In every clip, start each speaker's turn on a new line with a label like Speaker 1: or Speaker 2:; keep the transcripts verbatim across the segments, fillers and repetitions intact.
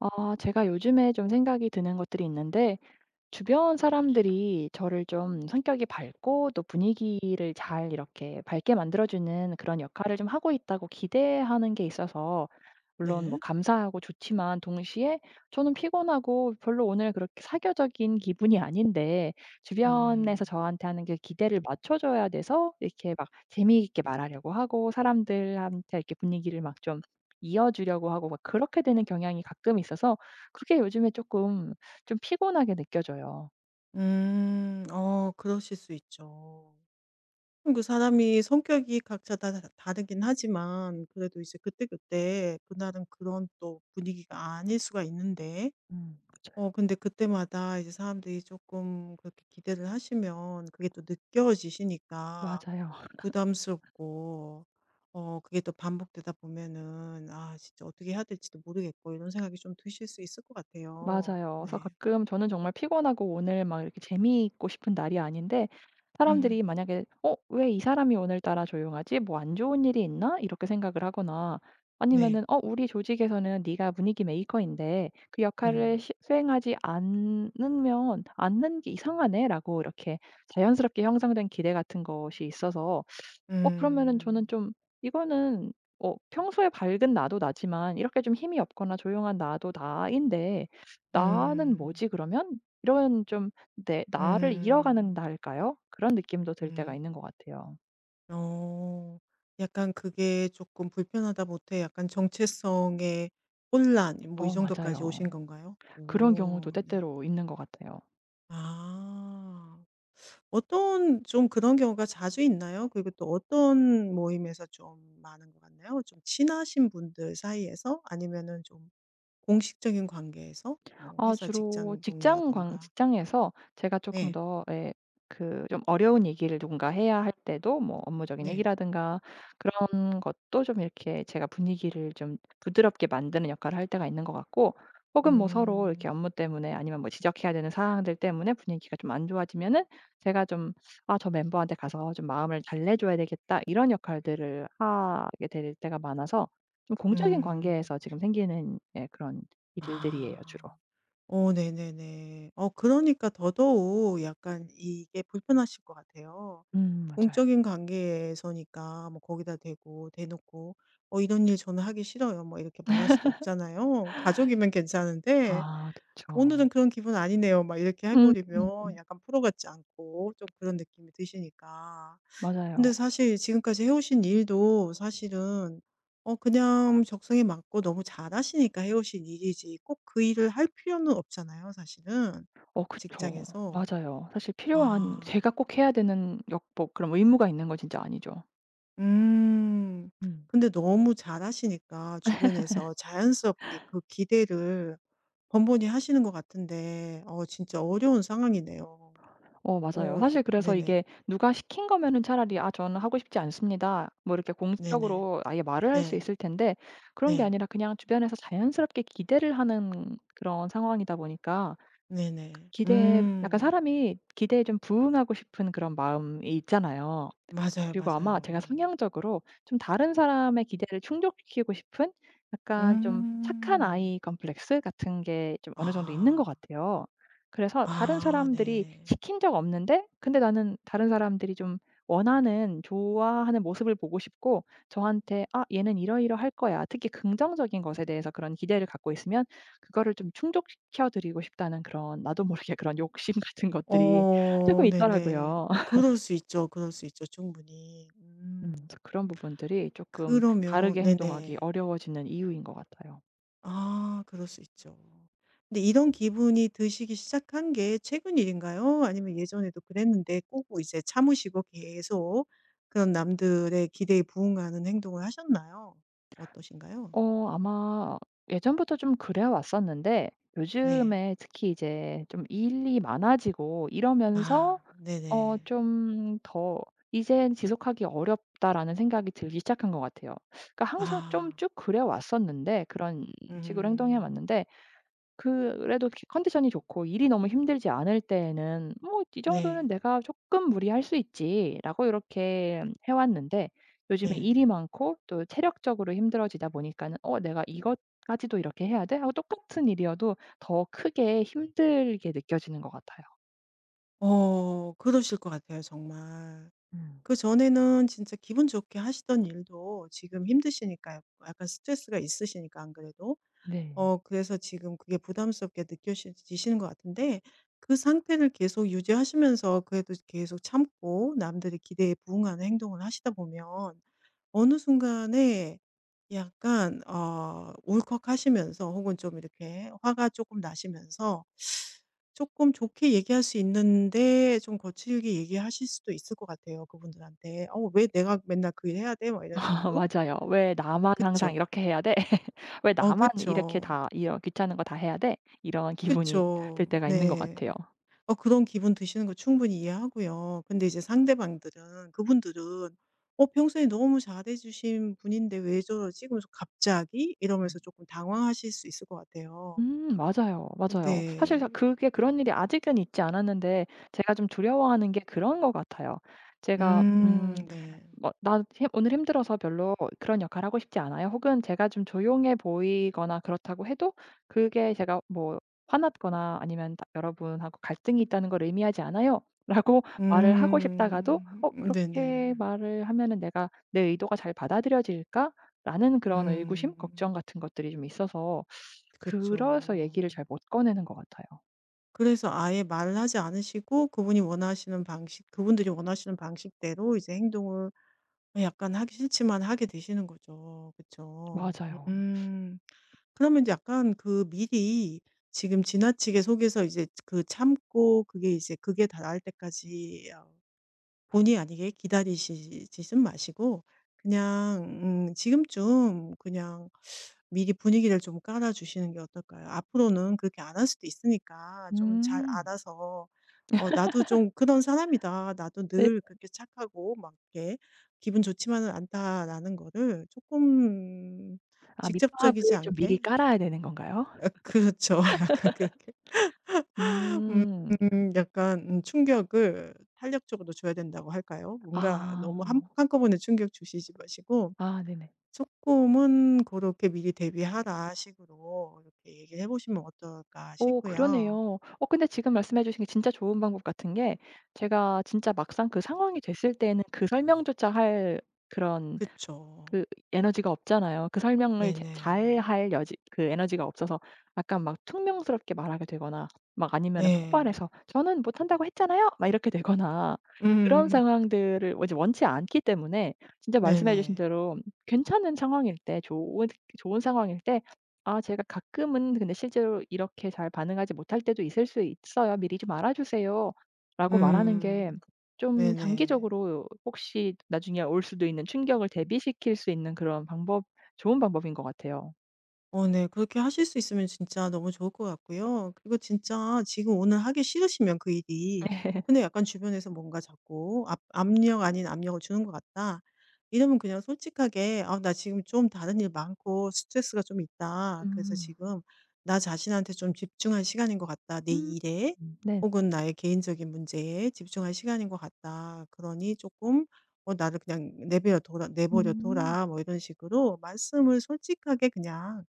Speaker 1: 아, 제가 요즘에 좀 생각이 드는 것들이 있는데, 주변 사람들이 저를 좀 성격이 밝고 또 분위기를 잘 이렇게 밝게 만들어주는 그런 역할을 좀 하고 있다고 기대하는 게 있어서, 물론 뭐
Speaker 2: 네.
Speaker 1: 감사하고 좋지만 동시에 저는 피곤하고 별로 오늘 그렇게 사교적인 기분이 아닌데, 주변에서
Speaker 2: 음.
Speaker 1: 저한테 하는 그 기대를 맞춰줘야 돼서 이렇게 막 재미있게 말하려고 하고 사람들한테 이렇게 분위기를 막 좀 이어주려고 하고 막 그렇게 되는 경향이 가끔 있어서 그게 요즘에 조금 좀 피곤하게 느껴져요.
Speaker 2: 음. 어 그러실 수 있죠. 음, 그 사람이 성격이 각자 다 다 다르긴 하지만 그래도 이제 그때그때 그날은 그런 또 분위기가 아닐 수가 있는데
Speaker 1: 음
Speaker 2: 어
Speaker 1: 요
Speaker 2: 근데 그때마다 이제 사람들이 조금 그렇게 기대를 하시면 그게 또 느껴지시니까
Speaker 1: 맞아요.
Speaker 2: 부담스럽고 어 그게 또 반복되다 보면은 '아 진짜 어떻게 해야 될지도 모르겠고.' 이런 생각이 좀 드실 수 있을 것 같아요.
Speaker 1: 맞아요. 그래서
Speaker 2: 네.
Speaker 1: 가끔 저는 정말 피곤하고 오늘 막 이렇게 재미있고 싶은 날이 아닌데,
Speaker 2: 음.
Speaker 1: 사람들이 만약에 '어 왜 이 사람이 오늘따라 조용하지? 뭐 안 좋은 일이 있나?' 이렇게 생각을 하거나,
Speaker 2: 네.
Speaker 1: 아니면은 '어 우리 조직에서는 네가 분위기 메이커인데 그 역할을
Speaker 2: 음.
Speaker 1: 시 수행하지 않으면 않는 게 이상하네.'라고 이렇게 자연스럽게 형성된 기대 같은 것이 있어서, 어 그러면은 저는
Speaker 2: 음.
Speaker 1: 좀, 이거는, 어 평소에 밝은 나도 나지만 이렇게 좀 힘이 없거나 조용한 나도 나인데, '나는
Speaker 2: 음.
Speaker 1: 뭐지 그러면?' 이런 좀, 내 나를 잃어가는
Speaker 2: 음.
Speaker 1: 날일까요? 그런 느낌도 들 때가
Speaker 2: 음.
Speaker 1: 있는 것 같아요.
Speaker 2: 어. 약간 그게 조금 불편하다 못해 약간 정체성의 혼란 뭐 이
Speaker 1: 어,
Speaker 2: 정도까지
Speaker 1: 맞아요.
Speaker 2: 오신 건가요?
Speaker 1: 그런 경우도
Speaker 2: 오 네.
Speaker 1: 때때로 있는 것 같아요.
Speaker 2: 아. 어떤 좀 그런 경우가 자주 있나요? 그리고 또 어떤 모임에서 좀 많은 것 같나요? 좀 친하신 분들 사이에서 아니면은 좀 공식적인 관계에서 뭐
Speaker 1: 아,
Speaker 2: 회사
Speaker 1: 주로
Speaker 2: 직장
Speaker 1: 직장 광,
Speaker 2: 동료라든가.
Speaker 1: 직장에서 제가 조금
Speaker 2: 네.
Speaker 1: 더, 예, 그 좀 어려운 얘기를 누군가 해야 할 때도 뭐 업무적인
Speaker 2: 네.
Speaker 1: 얘기라든가 그런 것도 좀 이렇게 제가 분위기를 좀 부드럽게 만드는 역할을 할 때가 있는 것 같고, 혹은 뭐 서로 이렇게
Speaker 2: 음.
Speaker 1: 업무 때문에 아니면 뭐 지적해야 되는 사항들 때문에 분위기가 좀 안 좋아지면은 제가 좀 '아 저 멤버한테 가서 좀 마음을 달래 줘야 되겠다.' 이런 역할들을 하게 될 때가 많아서, 좀 공적인
Speaker 2: 음.
Speaker 1: 관계에서 지금 생기는, 예, 그런
Speaker 2: 아.
Speaker 1: 일들이에요, 주로.
Speaker 2: 어 네네네. 어 그러니까 더더욱 약간 이게 불편하실 것 같아요.
Speaker 1: 음, 맞아요.
Speaker 2: 공적인 관계에서니까 뭐 거기다 대고 대놓고 "어 이런 일 저는 하기 싫어요." 뭐 이렇게 말할 수도 없잖아요. 가족이면 괜찮은데
Speaker 1: 아, 그쵸.
Speaker 2: "오늘은 그런 기분 아니네요." 막 이렇게 해
Speaker 1: 음. 음.
Speaker 2: 버리면 약간 프로 같지 않고 좀 그런 느낌이 드시니까
Speaker 1: 맞아요.
Speaker 2: 근데 사실 지금까지 해 오신 일도 사실은 어 그냥 적성에 맞고 너무 잘하시니까 해 오신 일이지 꼭 그 일을 할 필요는 없잖아요 사실은
Speaker 1: 어, 그쵸.
Speaker 2: 직장에서.
Speaker 1: 맞아요. 사실 필요한
Speaker 2: 아.
Speaker 1: 제가 꼭 해야 되는 역 뭐 그런 의무가 있는 건 진짜 아니죠.
Speaker 2: 음.
Speaker 1: 음.
Speaker 2: 근데 너무 잘하시니까 주변에서 자연스럽게 그 기대를 번번이 하시는 것 같은데 어 진짜 어려운 상황이네요.
Speaker 1: 어, 맞아요.
Speaker 2: 어 저-
Speaker 1: 사실 그래서
Speaker 2: 네네.
Speaker 1: 이게 누가 시킨 거면은 차라리 "아 저는 하고 싶지 않습니다." 뭐 이렇게
Speaker 2: 네네.
Speaker 1: 공식적으로 아예 말을 할 수
Speaker 2: 네.
Speaker 1: 있을 텐데, 그런 게
Speaker 2: 네.
Speaker 1: 아니라 그냥 주변에서 자연스럽게 기대를 하는 그런 상황이다 보니까,
Speaker 2: 네네.
Speaker 1: 기대에 약간,
Speaker 2: 음.
Speaker 1: 사람이 기대에 좀 부응하고 싶은 그런 마음이 있잖아요.
Speaker 2: 맞아요,
Speaker 1: 그리고 아마 제가
Speaker 2: 맞아요.
Speaker 1: 성향적으로 좀 다른 사람의 기대를 충족시키고 싶은, 약간 좀 착한
Speaker 2: 음.
Speaker 1: 아이 컴플렉스 같은 게 좀 어느 정도 있는 것
Speaker 2: 아.
Speaker 1: 같아요. 그래서 다른
Speaker 2: 아
Speaker 1: 사람들이
Speaker 2: 네.
Speaker 1: 시킨 적 없는데 근데 나는 다른 사람들이 좀 원하는 좋아하는 모습을 보고 싶고, 저한테 '아 얘는 이러이러할 거야.' 특히 긍정적인 것에 대해서 그런 기대를 갖고 있으면 그거를 좀 충족시켜 드리고 싶다는, 그런 나도 모르게 그런 욕심 같은 것들이 조금
Speaker 2: 어 네네.
Speaker 1: 있더라고요.
Speaker 2: 어 그럴 수 있죠, 그럴 수 있죠, 충분히.
Speaker 1: 음.
Speaker 2: 음.
Speaker 1: 그래서 그런 부분들이 조금
Speaker 2: 그러면
Speaker 1: 다르게 행동하기
Speaker 2: 네네.
Speaker 1: 어려워지는 이유인 것 같아요.
Speaker 2: 아 그럴 수 있죠. 근데 이런 기분이 드시기 시작한 게 최근 일인가요? 아니면 예전에도 그랬는데 꼬고 이제 참으시고 계속 그런 남들의 기대에 부응하는 행동을 하셨나요? 어떠신가요?
Speaker 1: 어, 아마 예전부터 좀 그래 왔었는데
Speaker 2: 네.
Speaker 1: 요즘에 특히 이제 좀 일이 많아지고 이러면서
Speaker 2: 아
Speaker 1: 어
Speaker 2: 네네.
Speaker 1: 좀 더 '이젠 지속하기 어렵다.'라는 생각이 들기 시작한 것 같아요. 그러니까 항상 좀
Speaker 2: 아.
Speaker 1: 쭉 그래 왔었는데 그런 식으로 행동해
Speaker 2: 음.
Speaker 1: 왔는데, 그래도 기- 컨디션이 좋고 일이 너무 힘들지 않을 때에는 '뭐 이 정도는
Speaker 2: 네.
Speaker 1: 내가 조금 무리할 수 있지.'라고 이렇게 해 왔는데, 요즘에
Speaker 2: 네.
Speaker 1: 일이 많고 또 체력적으로 힘들어지다 보니까는 '어 내가 이것까지도 이렇게 해야 돼?' 하고, 똑같은 일이어도 더 크게 힘들게 느껴지는 것 같아요.
Speaker 2: 어 그러실 것 같아요 정말.
Speaker 1: 음,
Speaker 2: 그전에는 진짜 기분 좋게 하시던 일도 지금 힘드시니까 약간 스트레스가 있으시니까 안 그래도
Speaker 1: 네.
Speaker 2: 어 그래서 지금 그게 부담스럽게 느껴 지시는 것 같은데 그 상태를 계속 유지하시면서 그래도 계속 참고 남들의 기대에 부응하는 행동을 하시다 보면 어느 순간에 약간 어 울컥하시면서 혹은 좀 이렇게 화가 조금 나시면서 조금 좋게 얘기할 수 있는데 좀 거칠게 얘기하실 수도 있을 것 같아요, 그분들한테. "어 왜 내가 맨날 그 일 해야 돼?" 막 이런 식으로.
Speaker 1: 맞아요. '왜 나만 항상
Speaker 2: 그쵸.
Speaker 1: 이렇게 해야 돼? 왜
Speaker 2: 어
Speaker 1: 나만 이렇게
Speaker 2: 그쵸.
Speaker 1: 다 이런 귀찮은 거 다 해야 돼?' 이런 기분이 들
Speaker 2: 그쵸.
Speaker 1: 때가 있는 것
Speaker 2: 네.
Speaker 1: 같아요.
Speaker 2: 어 그런 기분 드시는 거 충분히 이해하고요. 근데 이제 상대방들은 그분들은 '어 평소에 너무 잘해 주신 분인데 왜 저러지?' 그러면서 '갑자기?' 이러면서 조금 당황하실 수 있을 것 같아요.
Speaker 1: 음, 맞아요, 맞아요. 사실
Speaker 2: 네.
Speaker 1: 다 그게 그런 일이 아직은 있지 않았는데 제가 좀 두려워하는 게 그런 것 같아요. 제가 음
Speaker 2: 음 네.
Speaker 1: 뭐 "나 힘 오늘 힘들어서 별로 그런 역할 하고 싶지 않아요." 혹은 제가 좀 조용해 보이거나 그렇다고 해도, 그게 제가 뭐 화났거나 아니면 다 "여러분하고 갈등이 있다는 걸 의미하지 않아요."라고 말을 하고 싶다가도,
Speaker 2: 음.
Speaker 1: '어
Speaker 2: 네네.
Speaker 1: 그렇게 말을 하면은 내가, 내 의도가 잘 받아들여질까?'라는 그런 의구심, 걱정
Speaker 2: 음.
Speaker 1: 같은 것들이 좀 있어서 그래서
Speaker 2: 그쵸.
Speaker 1: 얘기를 잘 못 꺼내는 것 같아요.
Speaker 2: 그래서 아예 말을 하지 않으시고 그분이 원하시는 방식 그분들이 원하시는 방식대로 이제 행동을 약간 하기 싫지만 하게 되시는 거죠. 그쵸.
Speaker 1: 맞아요.
Speaker 2: 음. 그러면 이제 약간 그 미리 지금 지나치게 속에서 이제 그 참고 그게 이제 그게 다 나을 때까지 어 본의 아니게 기다리시지는 마시고 그냥 음 지금쯤 그냥 미리 분위기를 좀 깔아 주시는 게 어떨까요? 앞으로는 그렇게 안 할 수도 있으니까 좀 잘
Speaker 1: 음.
Speaker 2: 알아서 '어 나도 좀 그런 사람이다. 나도
Speaker 1: 네.
Speaker 2: 늘 그렇게 착하고 막 이렇게 기분 좋지만은 않다.'라는 거를 조금
Speaker 1: 아,
Speaker 2: 직접적이지
Speaker 1: 밑밥을 좀 미리
Speaker 2: 않게
Speaker 1: 깔아야 되는 건가요?
Speaker 2: 그렇죠. 약간 그렇게 음
Speaker 1: 음.
Speaker 2: 음, 약간 음 충격을 탄력적으로 줘야 된다고 할까요? 뭔가
Speaker 1: 아.
Speaker 2: 너무 한
Speaker 1: 어.
Speaker 2: 한꺼번에 충격 주시지 마시고
Speaker 1: 아, 네네.
Speaker 2: 쪼금은 그렇게 미리 대비하라." 식으로 이렇게 얘기를 해 보시면 어떨까
Speaker 1: 오,
Speaker 2: 싶고요.
Speaker 1: 그러네요. 어, 근데 지금 말씀해 주신 게 진짜 좋은 방법 같은 게, 제가 진짜 막상 그 상황이 됐을 때에는 그 설명조차 할, 그런
Speaker 2: 그쵸.
Speaker 1: 그 에너지가 없잖아요. 그 설명을 제
Speaker 2: 네네.
Speaker 1: 잘할 여지, 그 에너지가 없어서 약간 막 퉁명스럽게 말하게 되거나, 막 아니면은
Speaker 2: 네.
Speaker 1: 폭발해서 "저는 못한다고 했잖아요." 막 이렇게 되거나 그런
Speaker 2: 음.
Speaker 1: 상황들을 뭐 이제 원치 않기 때문에, 진짜 말씀해 주신
Speaker 2: 네네.
Speaker 1: 대로 괜찮은 상황일 때, 좋은, 좋은 상황일 때, 아, 제가 가끔은 근데 실제로 "이렇게 잘 반응하지 못할 때도 있을 수 있어요. 미리 좀 알아 주세요."라고 말하는 게
Speaker 2: 음.
Speaker 1: 좀
Speaker 2: 네네.
Speaker 1: 장기적으로 혹시 나중에 올 수도 있는 충격을 대비시킬 수 있는 그런 방법, 좋은 방법인 것 같아요.
Speaker 2: 어 네. 그렇게 하실 수 있으면 진짜 너무 좋을 것 같고요. 그리고 진짜 지금 오늘 하기 싫으시면 그 일이 근데 약간 주변에서 뭔가 자꾸 압 압력 아닌 압력을 주는 것 같다. 이러면 그냥 솔직하게 "아 나 지금 좀 다른 일 많고 스트레스가 좀 있다. 그래서
Speaker 1: 음.
Speaker 2: 지금 나 자신한테 좀 집중할 시간인 것 같다. 내
Speaker 1: 음.
Speaker 2: 일에
Speaker 1: 음. 네.
Speaker 2: 혹은 나의 개인적인 문제에 집중할 시간인 것 같다. 그러니 조금 어 나를 그냥 내버려 둬라 내버려
Speaker 1: 음.
Speaker 2: 둬라." 뭐 이런 식으로 말씀을 솔직하게 그냥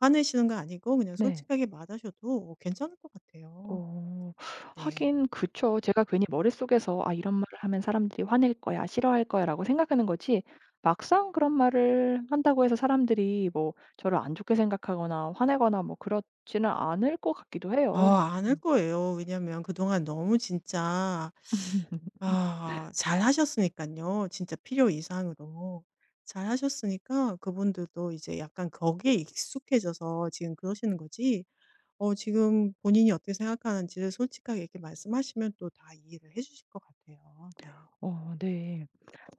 Speaker 2: 화내시는 거 아니고 그냥
Speaker 1: 네.
Speaker 2: 솔직하게 맞아셔도 괜찮을 것 같아요.
Speaker 1: 어,
Speaker 2: 네.
Speaker 1: 하긴 그쵸. 제가 괜히 머릿속에서 '아 이런 말을 하면 사람들이 화낼 거야. 싫어할 거야.'라고 생각하는 거지, 막상 그런 말을 한다고 해서 사람들이 뭐 저를 안 좋게 생각하거나 화내거나 뭐 그렇지는 않을 것 같기도 해요.
Speaker 2: 아 않을
Speaker 1: 음.
Speaker 2: 거예요. 왜냐면 그동안 너무 진짜 아 잘하셨으니까요 진짜 필요 이상으로. 잘하셨으니까 그분들도 이제 약간 거기에 익숙해져서 지금 그러시는 거지 어 지금 본인이 어떻게 생각하는지를 솔직하게 이렇게 말씀하시면 또 다 이해를 해 주실 것 같아요. 네.
Speaker 1: 어, 네.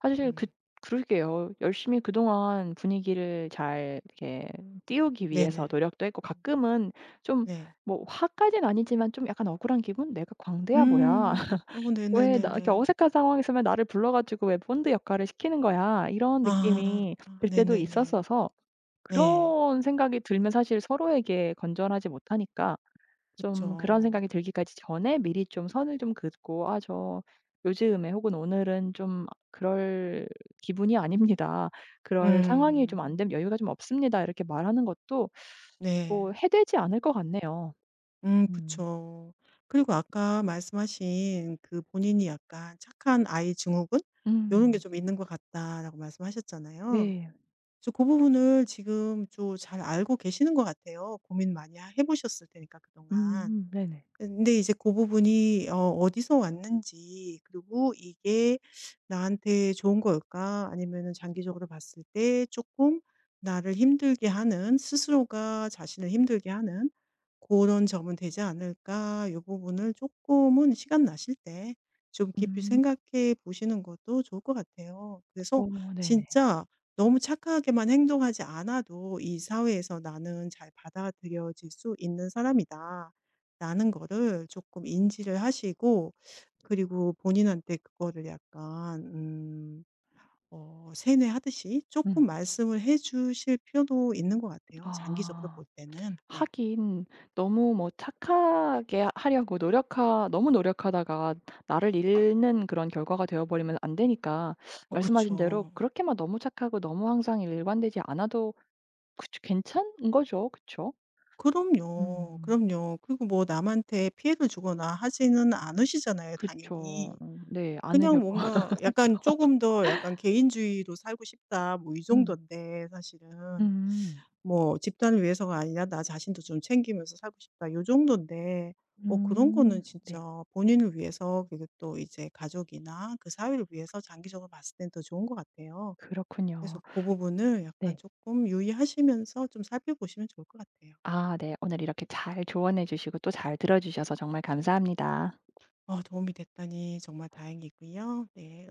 Speaker 1: 사실 그
Speaker 2: 음.
Speaker 1: 그러게요. 열심히 그동안 분위기를 잘 이렇게 띄우기 위해서
Speaker 2: 네네.
Speaker 1: 노력도 했고, 가끔은 좀
Speaker 2: 네.
Speaker 1: 뭐 화까지는 아니지만 좀 약간 억울한 기분? '내가 광대야 뭐야?
Speaker 2: 음. 어
Speaker 1: 왜 나 이렇게
Speaker 2: 네네네네.
Speaker 1: 어색한 상황에 있으면 나를 불러 가지고 왜 본드 역할을 시키는 거야?' 이런
Speaker 2: 아
Speaker 1: 느낌이 들 때도
Speaker 2: 네네네.
Speaker 1: 있었어서,
Speaker 2: 네.
Speaker 1: 그런 생각이 들면 사실 서로에게 건전하지 못하니까 좀 그런
Speaker 2: 그쵸.
Speaker 1: 생각이 들기까지 전에 미리 좀 선을 좀 긋고 '아 저 요즘에, 혹은 오늘은 좀 그럴 기분이 아닙니다. 그럴 상황이 좀 안
Speaker 2: 음.
Speaker 1: 됨, 여유가 좀 없습니다.' 이렇게 말하는 것도 뭐
Speaker 2: 네.
Speaker 1: 해되지 않을 것 같네요.
Speaker 2: 음
Speaker 1: 음.
Speaker 2: 그쵸. 그리고 아까 말씀하신 그 본인이 약간 '착한 아이 증후군 이런 게
Speaker 1: 음.
Speaker 2: 좀 있는 것 같다.'라고 말씀하셨잖아요.
Speaker 1: 네.
Speaker 2: 그래서 그 부분을 지금 좀 잘 알고 계시는 것 같아요. 고민 많이 하 해 보셨을 테니까
Speaker 1: 음.
Speaker 2: 그동안.
Speaker 1: 음. 네네.
Speaker 2: 근데 이제 그 부분이 어 어디서 왔는지 그리고 이게 나한테 좋은 걸까? 아니면은 장기적으로 봤을 때 조금 나를 힘들게 하는 스스로가 자신을 힘들게 하는 그런 점은 되지 않을까? 이 부분을 조금은 시간 나실 때 좀 깊이
Speaker 1: 음.
Speaker 2: 생각해 보시는 것도 좋을 것 같아요.
Speaker 1: 어,
Speaker 2: 그래서
Speaker 1: 네네.
Speaker 2: 진짜 너무 착하게만 행동하지 않아도 '이 사회에서 나는 잘 받아들여질 수 있는 사람이다.' 라는 거를 조금 인지를 하시고 그리고 본인한테 그거를 약간 음 어 세뇌하듯이
Speaker 1: 음.
Speaker 2: 조금 말씀을 해 주실 필요도 있는 것 같아요, 장기적으로
Speaker 1: 아.
Speaker 2: 볼 때는. 네.
Speaker 1: 하긴 너무 뭐 착하게 하- 하려고 노력하 너무 노력하다가 나를 잃는 그런 결과가 되어 버리면 안 되니까,
Speaker 2: 어
Speaker 1: 말씀하신 대로
Speaker 2: 그쵸.
Speaker 1: 그렇게만 너무 착하고 너무 항상 일관되지 않아도 그쵸, 괜찮은 거죠. 그쵸?
Speaker 2: 그럼요.
Speaker 1: 음.
Speaker 2: 그럼요. 그리고 뭐 남한테 피해를 주거나 하지는 않으시잖아요,
Speaker 1: 그쵸.
Speaker 2: 당연히.
Speaker 1: 음, 네. 안으려
Speaker 2: 그냥
Speaker 1: 고
Speaker 2: 뭔가 약간
Speaker 1: 하죠.
Speaker 2: 조금 더 약간 개인주의로 살고 싶다.' 뭐 이 정도
Speaker 1: 음.
Speaker 2: 인데 사실은.
Speaker 1: 음.
Speaker 2: 뭐 '집단을 위해서가 아니라 나 자신도 좀 챙기면서 살고 싶다.' 요 정도인데 어 그런 거는
Speaker 1: 음.
Speaker 2: 진짜
Speaker 1: 네.
Speaker 2: 본인을 위해서 그리고 또 이제 가족이나 그 사회를 위해서 장기적으로 봤을 땐 더 좋은 것 같아요. 그래서
Speaker 1: 그렇군요.
Speaker 2: 그 부분을 약간
Speaker 1: 네.
Speaker 2: 조금 유의하시면서 좀 살펴보시면 좋을 것 같아요.
Speaker 1: 아, 네. 오늘 이렇게 잘 조언해 주시고 또 잘 들어 주셔서 정말 감사합니다.
Speaker 2: 어 도움이 됐다니 정말 다행이고요. 네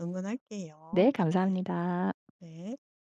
Speaker 1: 네.
Speaker 2: 응원할게요. 네.
Speaker 1: 감사합니다.
Speaker 2: 네.